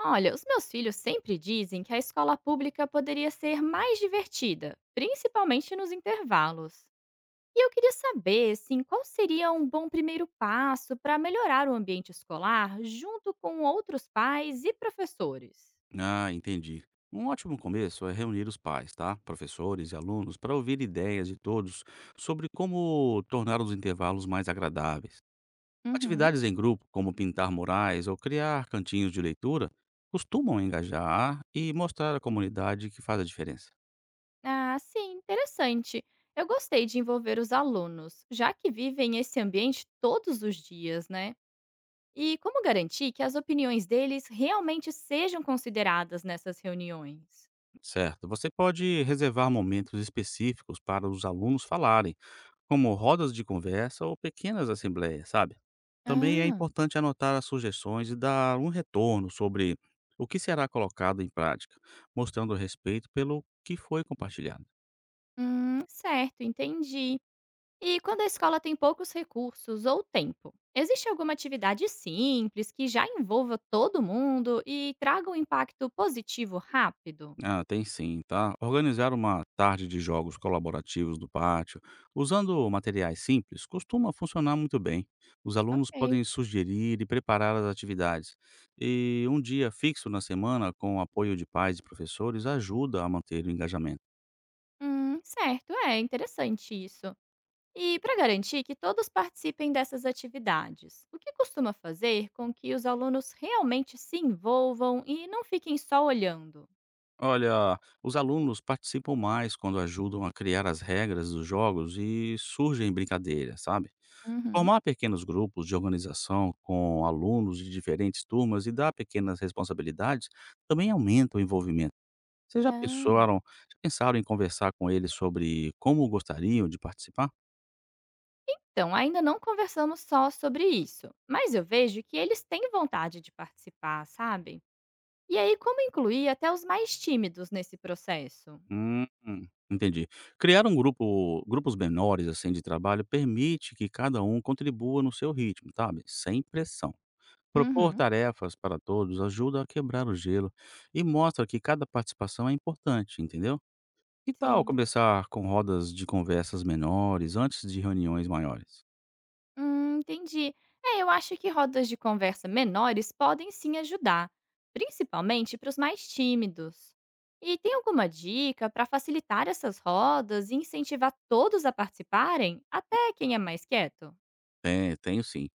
Olha, os meus filhos sempre dizem que a escola pública poderia ser mais divertida, principalmente nos intervalos. E eu queria saber, assim, qual seria um bom primeiro passo para melhorar o ambiente escolar junto com outros pais e professores. Ah, entendi. Um ótimo começo é reunir os pais, tá? Professores e alunos para ouvir ideias de todos sobre como tornar os intervalos mais agradáveis. Uhum. Atividades em grupo, como pintar murais ou criar cantinhos de leitura, costumam engajar e mostrar à comunidade que faz a diferença. Ah, sim, interessante. Eu gostei de envolver os alunos, já que vivem esse ambiente todos os dias, né? E como garantir que as opiniões deles realmente sejam consideradas nessas reuniões? Certo. Você pode reservar momentos específicos para os alunos falarem, como rodas de conversa ou pequenas assembleias, sabe? Também é Ah. importante anotar as sugestões e dar um retorno sobre o que será colocado em prática, mostrando respeito pelo que foi compartilhado. Certo, entendi. E quando a escola tem poucos recursos ou tempo, existe alguma atividade simples que já envolva todo mundo e traga um impacto positivo rápido? Ah, tem sim, tá? Organizar uma tarde de jogos colaborativos do pátio, usando materiais simples, costuma funcionar muito bem. Os alunos Ok. podem sugerir e preparar as atividades. E um dia fixo na semana, com o apoio de pais e professores, ajuda a manter o engajamento. Certo, é interessante isso. E para garantir que todos participem dessas atividades, o que costuma fazer com que os alunos realmente se envolvam e não fiquem só olhando? Olha, os alunos participam mais quando ajudam a criar as regras dos jogos e surgem brincadeiras, sabe? Uhum. Formar pequenos grupos de organização com alunos de diferentes turmas e dar pequenas responsabilidades também aumenta o envolvimento. Vocês já Ah. pensaram, já pensaram em conversar com eles sobre como gostariam de participar? Então, ainda não conversamos só sobre isso, mas eu vejo que eles têm vontade de participar, sabe? E aí, como incluir até os mais tímidos nesse processo? Hum, Entendi. Criar grupos menores assim de trabalho permite que cada um contribua no seu ritmo, sabe? Sem pressão. Propor Uhum, tarefas para todos ajuda a quebrar o gelo e mostra que cada participação é importante, entendeu? Que tal sim. começar com rodas de conversas menores antes de reuniões maiores? Entendi. É, eu acho que rodas de conversa menores podem sim ajudar, principalmente para os mais tímidos. E tem alguma dica para facilitar essas rodas e incentivar todos a participarem, até quem é mais quieto? É, tenho sim.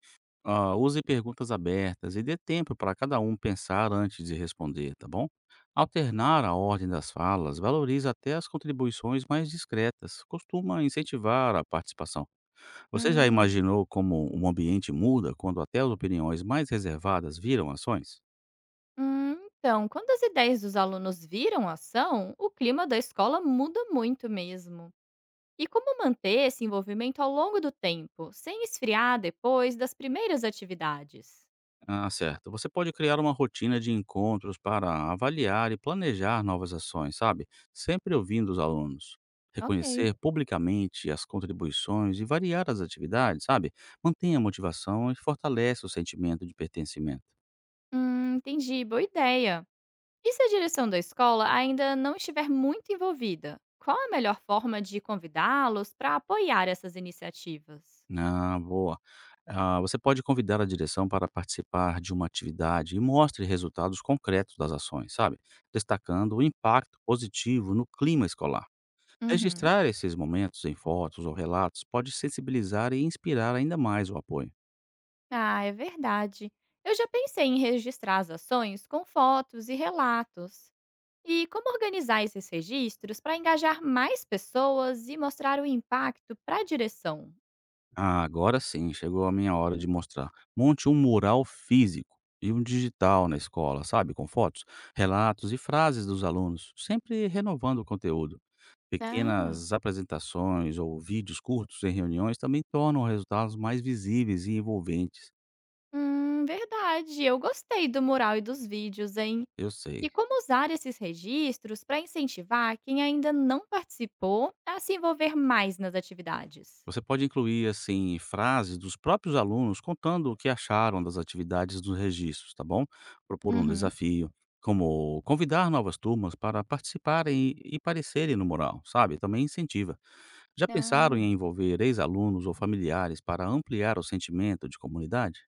Use perguntas abertas e dê tempo para cada um pensar antes de responder, tá bom? Alternar a ordem das falas valoriza até as contribuições mais discretas, costuma incentivar a participação. Você já Hum. imaginou como um ambiente muda quando até as opiniões mais reservadas viram ações? Então, quando as ideias dos alunos viram ação, o clima da escola muda muito mesmo. E como manter esse envolvimento ao longo do tempo, sem esfriar depois das primeiras atividades? Ah, certo. Você pode criar uma rotina de encontros para avaliar e planejar novas ações, sabe? Sempre ouvindo os alunos. Ok. Reconhecer publicamente as contribuições e variar as atividades, sabe? Mantenha a motivação e fortalece o sentimento de pertencimento. Entendi, boa ideia. E se a direção da escola ainda não estiver muito envolvida? Qual a melhor forma de convidá-los para apoiar essas iniciativas? Ah, boa. Você pode convidar a direção para participar de uma atividade e mostre resultados concretos das ações, sabe? Destacando o impacto positivo no clima escolar. Uhum. Registrar esses momentos em fotos ou relatos pode sensibilizar e inspirar ainda mais o apoio. Ah, é verdade. Eu já pensei em registrar as ações com fotos e relatos. E como organizar esses registros para engajar mais pessoas e mostrar o impacto para a direção? Ah, agora sim, chegou a minha hora de mostrar. Monte um mural físico e um digital na escola, sabe? Com fotos, relatos e frases dos alunos, sempre renovando o conteúdo. Ah. Pequenas apresentações ou vídeos curtos em reuniões também tornam resultados mais visíveis e envolventes. Verdade. Eu gostei do mural e dos vídeos, hein? Eu sei. E como usar esses registros para incentivar quem ainda não participou a se envolver mais nas atividades? Você pode incluir, assim, frases dos próprios alunos contando o que acharam das atividades dos registros, tá bom? Propor um Uhum. desafio, como convidar novas turmas para participarem e parecerem no mural, sabe? Também incentiva. Já pensaram Ah. em envolver ex-alunos ou familiares para ampliar o sentimento de comunidade?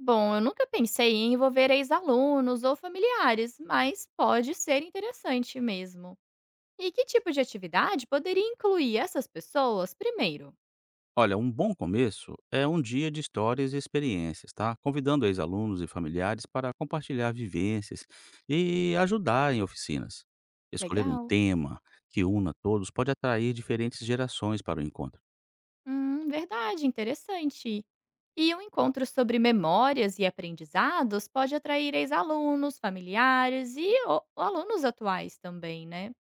Bom, eu nunca pensei em envolver ex-alunos ou familiares, mas pode ser interessante mesmo. E que tipo de atividade poderia incluir essas pessoas primeiro? Olha, um bom começo é um dia de histórias e experiências, tá? Convidando ex-alunos e familiares para compartilhar vivências e ajudar em oficinas. Escolher um Legal. tema que una todos pode atrair diferentes gerações para o encontro. Verdade, interessante. E um encontro sobre memórias e aprendizados pode atrair ex-alunos, familiares e alunos atuais também, né?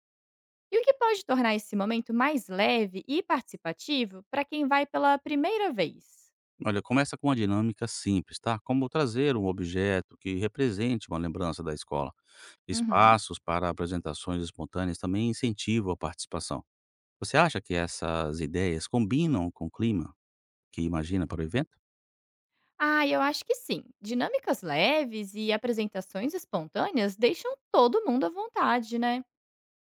E o que pode tornar esse momento mais leve e participativo para quem vai pela primeira vez? Olha, começa com uma dinâmica simples, tá? Como trazer um objeto que represente uma lembrança da escola. Uhum. Espaços para apresentações espontâneas também incentivam a participação. Você acha que essas ideias combinam com o clima que imagina para o evento? Ah, eu acho que sim. Dinâmicas leves e apresentações espontâneas deixam todo mundo à vontade, né?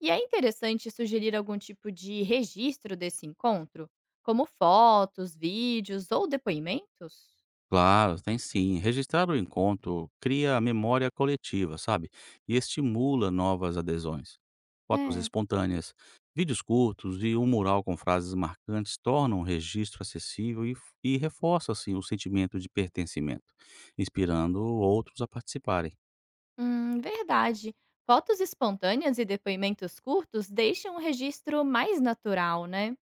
E é interessante sugerir algum tipo de registro desse encontro, como fotos, vídeos ou depoimentos? Claro, tem sim. Registrar o encontro cria a memória coletiva, sabe? E estimula novas adesões. Fotos É, espontâneas, vídeos curtos e um mural com frases marcantes tornam o registro acessível e reforça assim, o sentimento de pertencimento, inspirando outros a participarem. Verdade. Fotos espontâneas e depoimentos curtos deixam o registro mais natural, né?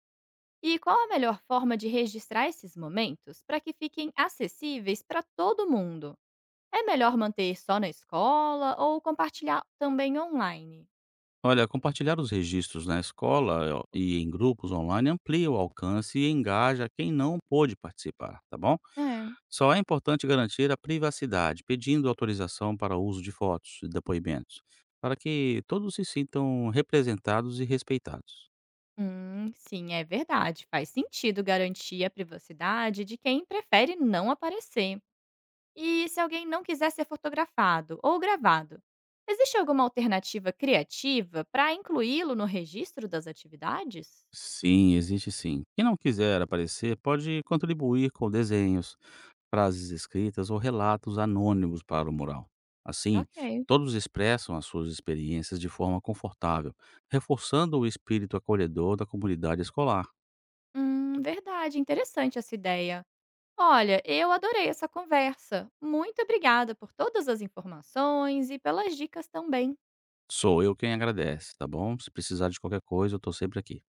E qual a melhor forma de registrar esses momentos para que fiquem acessíveis para todo mundo? É melhor manter só na escola ou compartilhar também online? Olha, compartilhar os registros na escola ó, e em grupos online amplia o alcance e engaja quem não pôde participar, tá bom? É. Só é importante garantir a privacidade, pedindo autorização para o uso de fotos e depoimentos, para que todos se sintam representados e respeitados. Sim, é verdade. Faz sentido garantir a privacidade de quem prefere não aparecer. E se alguém não quiser ser fotografado ou gravado, existe alguma alternativa criativa para incluí-lo no registro das atividades? Sim, existe sim. Quem não quiser aparecer pode contribuir com desenhos, frases escritas ou relatos anônimos para o mural. Assim, Ok. todos expressam as suas experiências de forma confortável, reforçando o espírito acolhedor da comunidade escolar. Verdade, interessante essa ideia. Olha, eu adorei essa conversa. Muito obrigada por todas as informações e pelas dicas também. Sou eu quem agradece, tá bom? Se precisar de qualquer coisa, eu estou sempre aqui.